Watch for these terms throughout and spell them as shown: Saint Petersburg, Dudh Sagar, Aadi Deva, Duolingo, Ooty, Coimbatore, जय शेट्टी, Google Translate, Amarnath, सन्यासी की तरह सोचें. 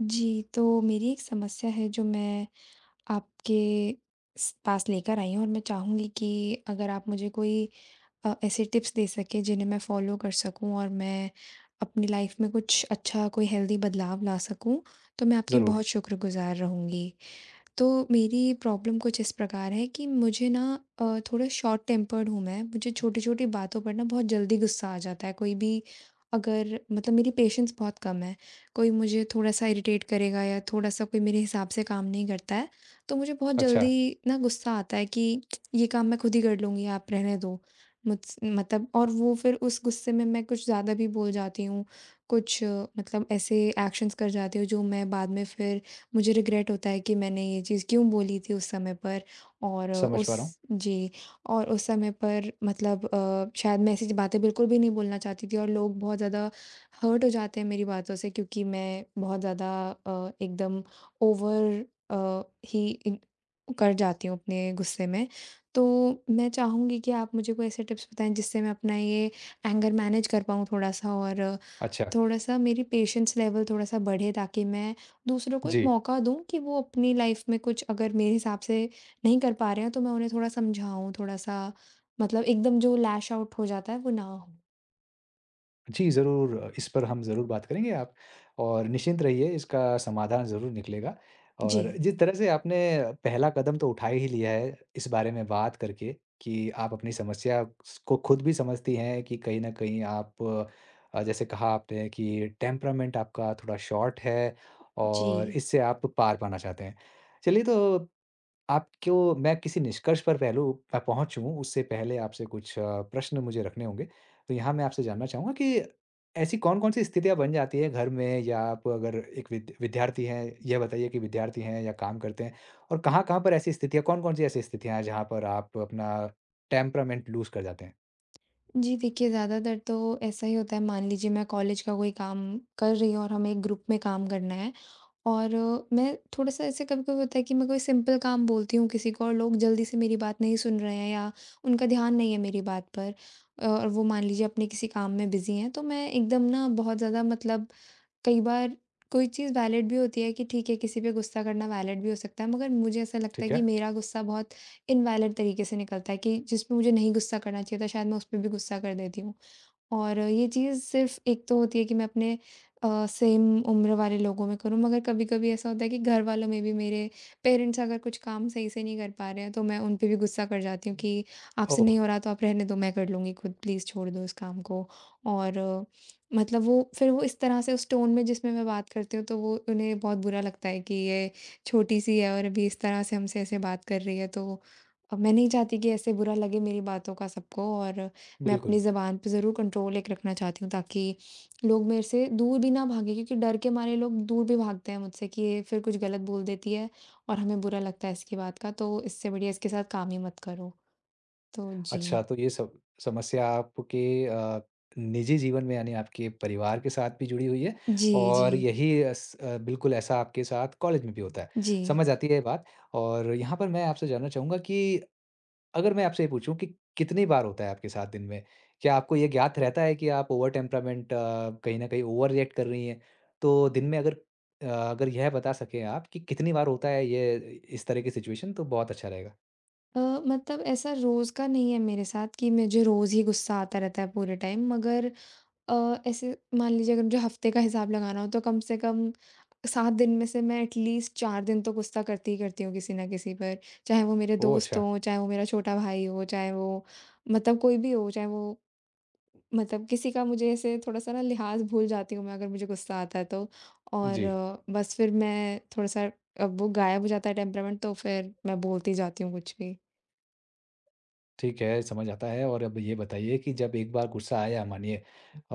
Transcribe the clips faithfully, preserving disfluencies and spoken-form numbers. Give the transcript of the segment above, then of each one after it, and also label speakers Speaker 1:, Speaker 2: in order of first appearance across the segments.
Speaker 1: जी, तो मेरी एक समस्या है जो मैं आपके स पास लेकर आई हूँ और मैं चाहूँगी कि अगर आप मुझे कोई अ, ऐसे टिप्स दे सकें जिन्हें मैं फ़ॉलो कर सकूँ और मैं अपनी लाइफ़ में कुछ अच्छा कोई हेल्दी बदलाव ला सकूँ, तो मैं आपकी
Speaker 2: ज़रूर,
Speaker 1: बहुत शुक्रगुज़ार रहूँगी। तो मेरी प्रॉब्लम कुछ इस प्रकार है कि मुझे ना अ, थोड़ा शॉर्ट टेम्पर्ड हूँ मैं। मुझे छोटी-छोटी बातों पर ना बहुत जल्दी गुस्सा आ जाता है, कोई भी अगर मतलब मेरी पेशेंस बहुत कम है। कोई मुझे थोड़ा-सा इरिटेट करेगा या थोड़ा-सा कोई मेरे हिसाब से काम नहीं करता है, तो मुझे बहुत
Speaker 2: अच्छा,
Speaker 1: जल्दी ना गुस्सा आता है कि ये काम मैं खुद ही कर लूँगी, आप रहने दो। मुझस मतलब और वो फिर उस गुस्से में मैं कुछ ज़्यादा भी बोल जाती हूँ, कुछ अ, मतलब ऐसे एक्शंस कर जाती हूँ, जो मैं बाद में फिर मुझे रिग्रेट होता है कि मैंने ये चीज़ क्यों बोली थी उस समय पर। और
Speaker 2: समझ पा
Speaker 1: उस
Speaker 2: रहा हूँ।
Speaker 1: जी, और उस समय पर मतलब अ, शायद मैं ऐसी ज बातें बिल्कुल भी नहीं बोलना चाहती थी और लोग बहुत ज़्यादा हर्ट हो जाते हैं मेरी बातों से, क्योंकि मैं बहुत ज़्यादा अ, एकदम ओवर अ, ही इन कर जाती हूँ अपने गुस्से में। तो मैं चाहूँगी कि आप मुझे कोई ऐसे टिप्स बताएँ जिससे मैं अपना ये एंगर मैनेज कर पाऊँ थोड़ा-सा, और
Speaker 2: अच्छा,
Speaker 1: थोड़ा-सा मेरी पेशेंस लेवल थोड़ा-सा बढ़े, ताकि मैं दूसरों को एक
Speaker 2: जी।
Speaker 1: मौका दूँ कि वो अपनी लाइफ़ में कुछ अगर मेरे हिसाब से नहीं कर पा रहे हैं, तो मैं उन्हें थोड़ा समझाऊँ, थोड़ा-सा मतलब एकदम जो लैश आउट हो जाता है, वो ना हो।
Speaker 2: जी, ज़रूर इस पर हम ज़रूर बात करेंगे आप और निश्चिंत रहिए इसका समाधान ज़रूर निकलेगा और
Speaker 1: जी,
Speaker 2: जिस तरह से आपने पहला कदम तो उठा ही लिया है इस बारे में बात करके कि आप अपनी समस्या स को खुद भी समझती हैं कि कहीं न कहीं आप अ, जैसे कहा आपने कि टेम्परामेंट आपका थोड़ा शॉर्ट है
Speaker 1: जी।
Speaker 2: और इससे आप पार पाना चाहते हैं। चलिए तो आपको मैं किसी निष्कर्ष पर पहलू अ, पहुँचूँ उससे पहले आपसे कुछ अ, प्रश्न मुझे रखने होंगे। तो यहाँ मैं आपसे जानना चाहूँगा कि ऐसी कौन-कौन सी स्थितियाँ बन जाती हैं घर में या आप अगर एक विद विद्यार्थी हैं, यह बताइए कि विद्यार्थी हैं या काम करते हैं? और कहाँ-कहाँ पर ऐसी स्थितियाँ कौन-कौन सी ऐसी स्थितियाँ हैं जहाँ पर आप अपना टेम्परामेंट लूज़ कर जाते हैं?
Speaker 1: जी, देखिए, ज़्यादातर तो ऐसा ही होता है। मान लीजिए, मैं कॉलेज का कोई काम कर रही हूँ और हमें एक ग्रुप में काम करना है और अ, मैं थोड़ा-सा ऐसे कभी-कभी होता है कि मैं कोई सिंपल काम बोलती हूँ किसी को और लोग जल्दी से मेरी बात नहीं सुन रहे हैं, या उनका ध्यान नहीं है मेरी बात पर, अ, और वो मान लीजिए अपने किसी काम में बिज़ी हैं, तो मैं एकदम ना बहुत ज़्यादा मतलब कई बार कोई चीज़ वैलिड भी होती है कि ठीक है, किसी पे गुस्सा करना वैलिड भी हो सकता है, मगर मुझे ऐसा लगता है
Speaker 2: ठीक
Speaker 1: कि
Speaker 2: है।
Speaker 1: मेरा गुस्सा बहुत इनवैलिड तरीके से निकलता है कि जिस पे मुझे नहीं गुस्सा करना चाहिए था, शायद मैं उस पे भी गुस्सा कर देती हूँ। और ये चीज़ सिर्फ़ एक तो होती है कि मैं अपने अ, सेम उम्र वाले लोगों में करूँ, मगर कभी-कभी ऐसा होता है कि घर वालों में भी मेरे पेरेंट्स अगर कुछ काम सही से नहीं कर पा रहे हैं, तो मैं उन पे भी गुस्सा कर जाती हूँ कि आपसे
Speaker 2: ओह!
Speaker 1: नहीं हो रहा तो आप रहने दो, मैं कर लूँगी खुद, प्लीज़ छोड़ दो इस काम को। और अ, मतलब वो फिर वो इस तरह से उस टोन में जिसमें मैं बात करती हूँ, तो वो उन्हें बहुत बुरा लगता है कि ये छोटी-सी है और अभी इस तरह से हमसे ऐसे बात कर रही है। तो अब मैं नहीं चाहती कि ऐसे बुरा लगे मेरी बातों का सबको, और मैं
Speaker 2: बिल्कुल।
Speaker 1: अपनी ज़बान पे ज़रूर कंट्रोल एक रखना चाहती हूँ ताकि लोग मेरे से दूर भी ना भागें, क्योंकि डर के मारे लोग दूर भी भागते हैं मुझसे कि ये फिर कुछ गलत बोल देती है और हमें बुरा लगता है इसकी बात का, तो इससे बढ़िया इसके साथ काम ही मत करो। तो जी।
Speaker 2: अच्छा, तो ये सब समस्या आपके अ, निजी जीवन में यानी आपके परिवार के साथ भी जुड़ी हुई है
Speaker 1: जी, जी।
Speaker 2: और यही अस अ, बिल्कुल ऐसा आपके साथ कॉलेज में भी होता है।
Speaker 1: जी।
Speaker 2: समझ आती है ये बात और यहाँ पर मैं आपसे जानना चाहूँगा कि अगर मैं आपसे ये पूछूँ कि कितनी बार होता है आपके साथ दिन में? क्या आपको ये ज्ञात रहता है कि आप ओवर टेम्परामेंट अ, कहीं न कहीं ओवर रिएक्ट कर रही हैं? तो दिन में अगर अ, अगर यह बता सकें आप कि कितनी बार होता है ये इस तरह की सिचुएशन तो बहुत अच्छा रहेगा।
Speaker 1: अ, मतलब ऐसा रोज़ का नहीं है मेरे साथ कि मुझे रोज़ ही गुस्सा आता रहता है पूरे टाइम, मगर अ, ऐसे मान लीजिए अगर मुझे हफ़्ते का हिसाब लगाना हो, तो कम से कम सात दिन में से मैं एटलीस्ट चार दिन तो गुस्सा करती ही करती हूँ किसी ना किसी पर। चाहे वो मेरे
Speaker 2: ओह!
Speaker 1: दोस्त
Speaker 2: अच्छा।
Speaker 1: हों, चाहे वो मेरा छोटा भाई हो, चाहे वो मतलब कोई भी हो, चाहे वो मतलब किसी का मुझे ऐसे थोड़ा-सा ना लिहाज़ भूल जाती हूँ मैं अगर मुझे गुस्सा आता है तो। और
Speaker 2: जी।
Speaker 1: अ, बस फिर मैं थोड़ा-सा अब वो गायब हो जाता है टेम्परामेंट, तो फिर मैं बोलती जाती हूँ कुछ भी।
Speaker 2: ठीक है, समझ आता है और अब ये बताइए कि जब एक बार गुस्सा आया मानिए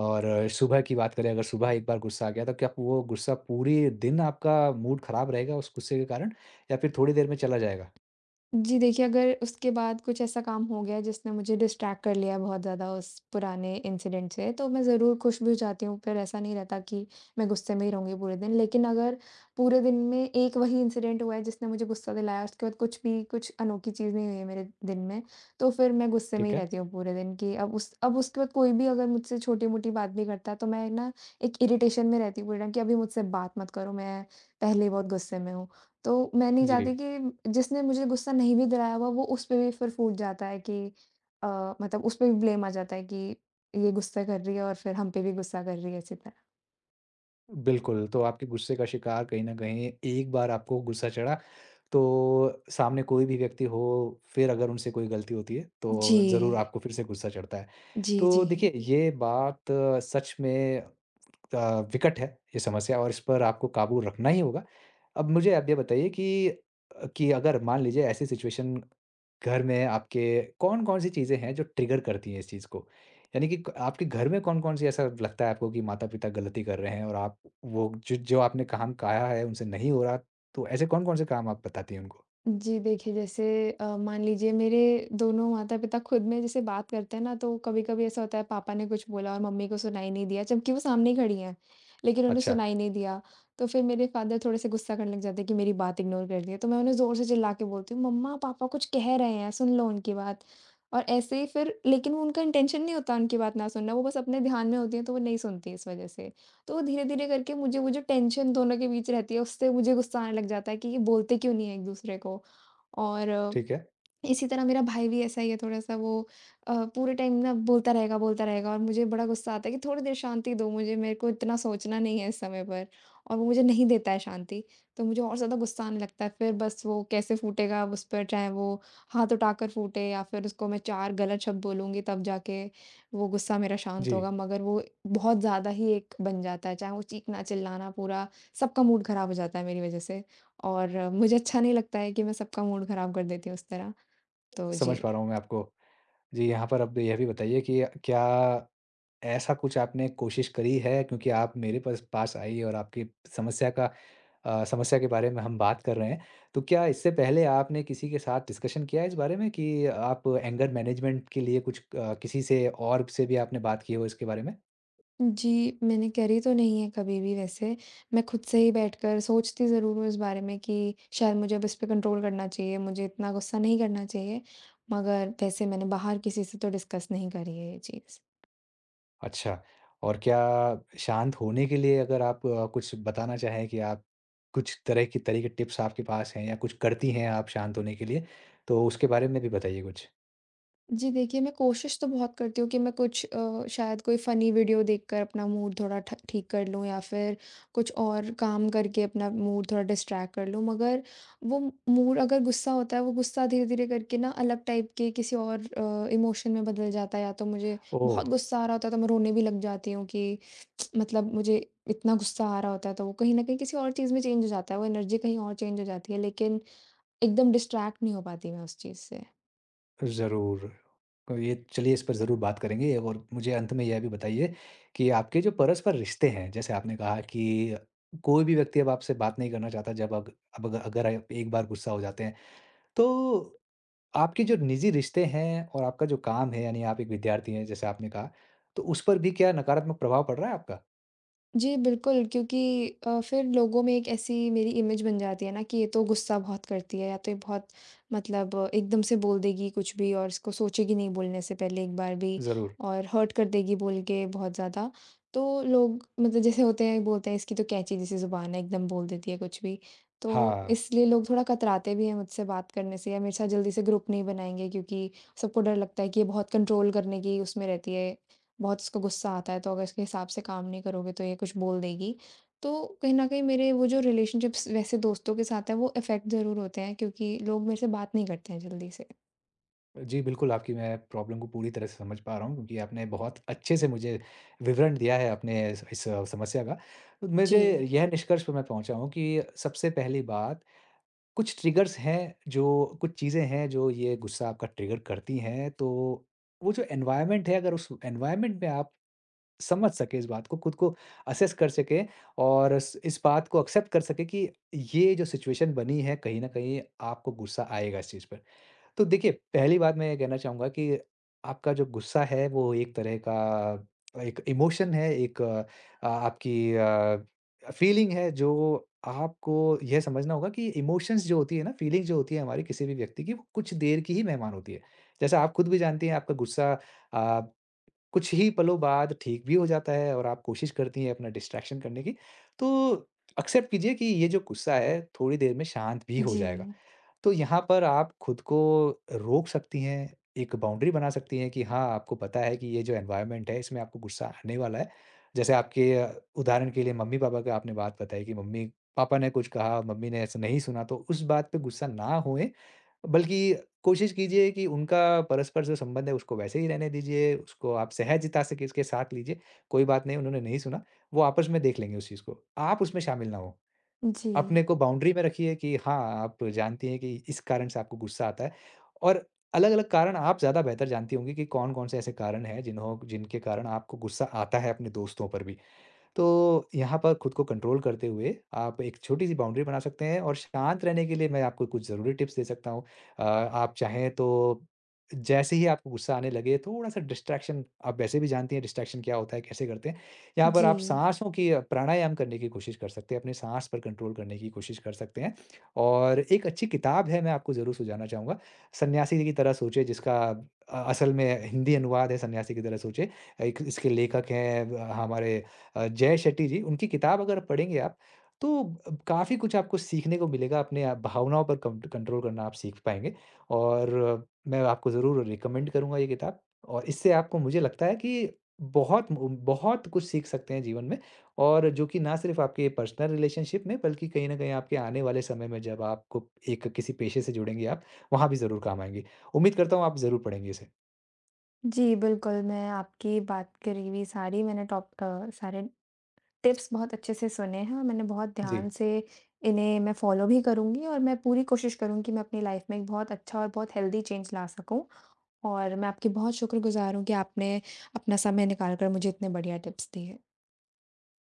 Speaker 2: और सुबह की बात करें अगर सुबह एक बार गुस्सा आ गया तो क्या वो गुस्सा पूरे दिन आपका मूड ख़राब रहेगा उस गुस्से के कारण? या फिर थोड़ी देर में चला जाएगा?
Speaker 1: जी देखिए, अगर उसके बाद कुछ ऐसा काम हो गया जिसने मुझे डिस्ट्रैक्ट कर लिया है बहुत ज़्यादा उस पुराने इंसिडेंट से, तो मैं ज़रूर खुश भी हो जाती हूँ, फिर ऐसा नहीं रहता कि मैं गुस्से में ही रहूँगी पूरे दिन। लेकिन अगर पूरे दिन में एक वही इंसिडेंट हुआ है जिसने मुझे गुस्सा दिलाया, उसके बाद कुछ भी कुछ अनोखी चीज़ नहीं हुई है मेरे दिन में, तो फिर मैं गुस्से में
Speaker 2: ठीक
Speaker 1: ही
Speaker 2: है।
Speaker 1: रहती हूँ पूरे दिन कि अब उस अब उसके बाद कोई भी अगर मुझसे छोटी-मोटी बात भी करता है, तो मैं ना एक इरिटेशन में रहती हूँ पूरे टाइम कि अभी मुझसे बात मत करो, मैं पहले ही बहुत गुस्से में हूँ। तो मैं नहीं चाहती
Speaker 2: जी,
Speaker 1: कि जिसने मुझे गुस्सा नहीं भी दिलाया हुआ वो उस पे भी फिर फूट जाता है कि अ, मतलब उस पे भी ब्लेम आ जाता है कि ये गुस्सा कर रही है और फिर हम पे भी गुस्सा कर रही है इसी तरह।
Speaker 2: बिल्कुल, तो आपके गुस्से का शिकार कहीं न कहीं एक बार आपको गुस्सा चढ़ा, तो सामने कोई भी व्यक्ति हो, फिर अगर उनसे कोई गलती होती है,
Speaker 1: जी।
Speaker 2: तो ज़रूर आपको फिर से गुस्सा चढ़ता है।
Speaker 1: जी, जी।
Speaker 2: तो देखिए, ये बात अ, सच में अ, विकट है ये समस्या और इस पर आपको काबू रखना ही होगा। अब मुझे आप ये बताइए कि अ, कि अगर मान लीजिए ऐसी सिचुएशन घर में आपके कौन-कौन सी चीज़ें हैं जो ट्रिगर करती हैं इस चीज़ को? यानी कि क आपके घर में कौन-कौन सी ऐसा लगता है आपको कि माता-पिता गलती कर रहे हैं और आप वो जो जो आपने काम कहा है उनसे नहीं हो रहा, तो ऐसे कौन-कौन से काम आप बताती हैं उनको?
Speaker 1: जी, देखिए जैसे अ, मान लीजिए, मेरे दोनों माता-पिता खुद में जैसे बात करते हैं ना, तो कभी-कभी ऐसा होता है पापा ने कुछ बोला और मम्मी को सुनाई नहीं दिया, जबकि वो सामने ही खड़ी हैं, लेकिन उन्हें
Speaker 2: अच्छा,
Speaker 1: सुनाई नहीं दिया। तो फिर मेरे फादर थोड़े से गुस्सा करने लग जाते हैं कि मेरी बात इग्नोर कर रही है, तो मैं उन्हें ज़ोर से चिल्ला के बोलती हूँ, "मम्मा, पापा कुछ कह रहे हैं, सुन लो उनकी बात।" और ऐसे ही फिर, लेकिन वो उनका इंटेंशन नहीं होता उनकी बात ना सुनना, वो बस अपने ध्यान में होती हैं तो वो नहीं सुनती इस वजह से। तो धीरे-धीरे करके मुझे वो जो टेंशन दोनों के बीच रहती है उससे मुझे गुस्सा आने लग जाता है कि ये बोलते क्यों नहीं है एक-दूसरे को। और
Speaker 2: ठीक है।
Speaker 1: इसी तरह मेरा भाई भी ऐसा ही है, थोड़ा-सा वो अ, पूरे टाइम ना बोलता रहेगा, बोलता रहेगा, और मुझे बड़ा गुस्सा आता है कि थोड़ी देर शांति दो मुझे, मेरे को इतना सोचना नहीं है इस समय पर, और वो मुझे नहीं देता है शांति। तो मुझे और ज़्यादा गुस्सा आने लगता है, फिर बस वो कैसे फूटेगा अब उस पर, चाहे वो हाथ उठाकर फूटे या फिर उसको मैं चार गलत शब्द बोलूँगी तब जाके वो गुस्सा मेरा शांत होगा,
Speaker 2: जी,
Speaker 1: मगर वो बहुत ज़्यादा ही एक बन जाता है, चाहे वो चीखना-चिल्लाना पूरा सबका मूड खराब हो जाता है मेरी वजह से, और मुझे अच्छा नहीं लगता है कि मैं सबका मूड खराब कर देती हूँ उस तरह। तो जी।
Speaker 2: समझ पा रहा हूँ मैं आपको। जी, यहाँ पर अब यह भी बताइए कि क्या ऐसा कुछ आपने कोशिश करी है क्योंकि आप मेरे पास पास आई और आपकी समस्या का अ, समस्या के बारे में हम बात कर रहे हैं। तो क्या इससे पहले आपने किसी के साथ डिस्कशन किया है इस बारे में कि आप एंगर मैनेजमेंट के लिए कुछ अ, किसी से और से भी आपने बात की हो इसके बारे में?
Speaker 1: जी, मैंने करी तो नहीं है कभी भी वैसे, मैं खुद से ही बैठकर सोचती ज़रूर हूँ इस बारे में कि शायद मुझे अब इस पे कंट्रोल करना चाहिए, मुझे इतना गुस्सा नहीं करना चाहिए, मगर वैसे मैंने बाहर किसी से तो डिस्कस नहीं करी है ये चीज़।
Speaker 2: अच्छा और क्या शांत होने के लिए अगर आप अ, कुछ बताना चाहें कि आप कुछ तरह की तरह के टिप्स आपके पास हैं या कुछ करती हैं आप शांत होने के लिए, तो उसके बारे में भी बताइए कुछ?
Speaker 1: जी देखिए, मैं कोशिश तो बहुत करती हूँ कि मैं कुछ अ, शायद कोई फ़नी वीडियो देखकर अपना मूड थोड़ा ठ ठीक कर लूँ, या फिर कुछ और काम करके अपना मूड थोड़ा डिस्ट्रैक्ट कर लूँ। मगर वो मूड अगर गुस्सा होता है, वो गुस्सा धीरे-धीरे करके ना अलग टाइप के किसी और अ, इमोशन में बदल जाता है। या तो मुझे
Speaker 2: ओह!
Speaker 1: बहुत गुस्सा आ रहा होता है तो मैं रोने भी लग जाती हूँ कि मतलब मुझे इतना गुस्सा आ रहा होता है तो वो कहीं न कहीं किसी और चीज़ में चेंज हो जाता है। वो एनर्जी कहीं और चेंज हो जाती है, लेकिन एकदम डिस्ट्रैक्ट नहीं हो पाती मैं उस चीज़ से।
Speaker 2: ज़रूर। तो ये चलिए इस पर ज़रूर बात करेंगे और मुझे अंत में यह भी बताइए कि आपके जो परस्पर रिश्ते हैं, जैसे आपने कहा कि कोई भी व्यक्ति अब आपसे बात नहीं करना चाहता जब अग अब अग अगर आप एक बार गुस्सा हो जाते हैं। तो आपके जो निजी रिश्ते हैं और आपका जो काम है यानी आप एक विद्यार्थी हैं जैसे आपने कहा, तो उस पर भी क्या नकारात्मक प्रभाव पड़ रहा है आपका?
Speaker 1: जी, बिल्कुल, क्योंकि अ, फिर लोगों में एक ऐसी मेरी इमेज बन जाती है ना कि ये तो गुस्सा बहुत करती है, या तो ये बहुत मतलब अ, एकदम से बोल देगी कुछ भी और इसको सोचेगी नहीं बोलने से पहले एक बार भी,
Speaker 2: ज़रूर।
Speaker 1: और हर्ट कर देगी बोल के बहुत ज़्यादा। तो लोग मतलब जैसे होते हैं बोलते हैं इसकी तो कैंची जैसी ज़ुबान है, एकदम बोल देती है कुछ भी। तो
Speaker 2: हाँ।
Speaker 1: इसलिए लोग थोड़ा कतराते भी हैं मुझसे बात करने से, या मेरे साथ जल्दी से ग्रुप नहीं बनाएँगे, क्योंकि सबको डर लगता है कि ये बहुत कंट्रोल करने की उसमें रहती है, बहुत इसको गुस्सा आता है, तो अगर इसके हिसाब से काम नहीं करोगे तो ये कुछ बोल देगी। तो कहीं न कहीं मेरे वो जो रिलेशनशिप्स वैसे दोस्तों के साथ है वो इफ़ेक्ट ज़रूर होते हैं, क्योंकि लोग मेरे से बात नहीं करते हैं जल्दी से।
Speaker 2: जी, बिल्कुल, आपकी मैं प्रॉब्लम को पूरी तरह से समझ पा रहा हूँ क्योंकि आपने बहुत अच्छे से मुझे विवरण दिया है अपने इस इस समस्या का। तो
Speaker 1: जी।
Speaker 2: मुझे यह निष्कर्ष पे मैं पहुँचा हूँ कि सबसे पहली बात, कुछ ट्रिगर्स हैं जो कुछ चीज़ें हैं जो ये गुस्सा आपका ट्रिगर करती हैं, तो वो जो एनवायरनमेंट है अगर उस एनवायरनमेंट में आप समझ सकें इस बात को, खुद को असेस कर सकें और इस इस बात को एक्सेप्ट कर सकें कि ये जो सिचुएशन बनी है, कहीं न कहीं आपको गुस्सा आएगा इस चीज़ पे। तो देखिए, पहली बात मैं ये कहना चाहूँगा कि आपका जो गुस्सा है वो एक तरह का एक इमोशन है, एक अ, आपकी अ, फीलिंग है जो आपको यह समझना होगा कि इमोशंस जो होती है ना, फीलिंग जो होती है हमारी किसी भी व्यक्ति की वो कुछ देर की ही मेहमान होती है। जैसा आप खुद भी जानती हैं आपका गुस्सा अ, कुछ ही पलों बाद ठीक भी हो जाता है और आप कोशिश करती हैं अपना डिस्ट्रैक्शन करने की। तो एक्सेप्ट कीजिए कि ये जो गुस्सा है थोड़ी देर में शांत भी हो
Speaker 1: जी,
Speaker 2: जाएगा। तो यहाँ पर आप खुद को रोक सकती हैं, एक बाउंड्री बना सकती हैं कि हाँ, आपको पता है कि ये जो एनवायरनमेंट है, इसमें आपको गुस्सा आने वाला है। जैसे आपके अ, उदाहरण के लिए मम्मी-पापा का आपने बात बताई कि मम्मी-पापा ने कुछ कहा, मम्मी ने ऐसा नहीं सुना, तो उस बात पे गुस्सा ना होएँ, बल्कि कोशिश कीजिए कि उनका परस्पर जो संबंध है, उसको वैसे ही रहने दीजिए, उसको आप सहजता से किसके साथ लीजिए, कोई बात नहीं, उन्होंने नहीं सुना, वो आपस में देख लेंगे उस चीज़ को। आप उसमें शामिल ना हों।
Speaker 1: जी,
Speaker 2: अपने को बाउंड्री में रखिए कि हाँ, आप जानती हैं कि इस कारण से आपको गुस्सा आता है और अलग-अलग कारण आप ज़्यादा बेहतर जानती होंगी कि कौन-कौन से ऐसे कारण हैं जिन्हों जिनके कारण आपको गुस्सा आता है अपने दोस्तों पर भी। तो यहाँ पर खुद को कंट्रोल करते हुए आप एक छोटी-सी बाउंड्री बना सकते हैं और शांत रहने के लिए मैं आपको कुछ ज़रूरी टिप्स दे सकता हूँ। अ, आप चाहें तो जैसे ही आपको गुस्सा आने लगे, थोड़ा-सा डिस्ट्रैक्शन आप वैसे भी जानती हैं डिस्ट्रैक्शन क्या होता है, कैसे करते हैं। यहाँ पर
Speaker 1: जी।
Speaker 2: आप सांसों की अ, प्राणायाम करने की कोशिश कर सकते हैं, अपने साँस पर कंट्रोल करने की कोशिश कर सकते हैं। और एक अच्छी किताब है, मैं आपको ज़रूर सुझाना चाहूँगा, सन्यासी की तरह सोचें जिसका अ, असल में हिंदी अनुवाद है सन्यासी की तरह सोचें। एक इसके लेखक हैं अ, हमारे अ, जय शेट्टी जी, उनकी किताब अगर पढ़ेंगे आप, तो ब काफ़ी कुछ आपको सीखने को मिलेगा, अपने आप भावनाओं पर कंट कंट्रोल करना आप सीख पाएँगे और अ, मैं आपको ज़रूर रिकमेंड करूँगा ये किताब और इससे आपको मुझे लगता है कि बहुत मु बहुत कुछ सीख सकते हैं जीवन में और जो कि ना सिर्फ़ आपके पर्सनल रिलेशनशिप में, बल्कि कहीं न कहीं आपके आने वाले समय में जब आपको एक किसी पेशे से जुड़ेंगे आप, वहाँ भी ज़रूर काम आएँगी। उम्मीद करता हूँ आप ज़रूर पढ़ेंगे इसे।
Speaker 1: जी, बिल्कुल, मैं आपकी बात करी हुई सारी मैंने टॉप अ, सारे टिप्स बहुत अच्छे से सुने हैं, और मैंने बहुत
Speaker 2: जी।
Speaker 1: ध्यान से इन्हें मैं फ़ॉलो भी करूँगी और मैं पूरी कोशिश करूँगी कि मैं अपनी लाइफ़ में एक बहुत अच्छा और बहुत हेल्दी चेंज ला सकूँ। और मैं आपकी बहुत शुक्रगुज़ार हूँ कि आपने अपना समय निकाल कर मुझे इतने बढ़िया टिप्स दिए।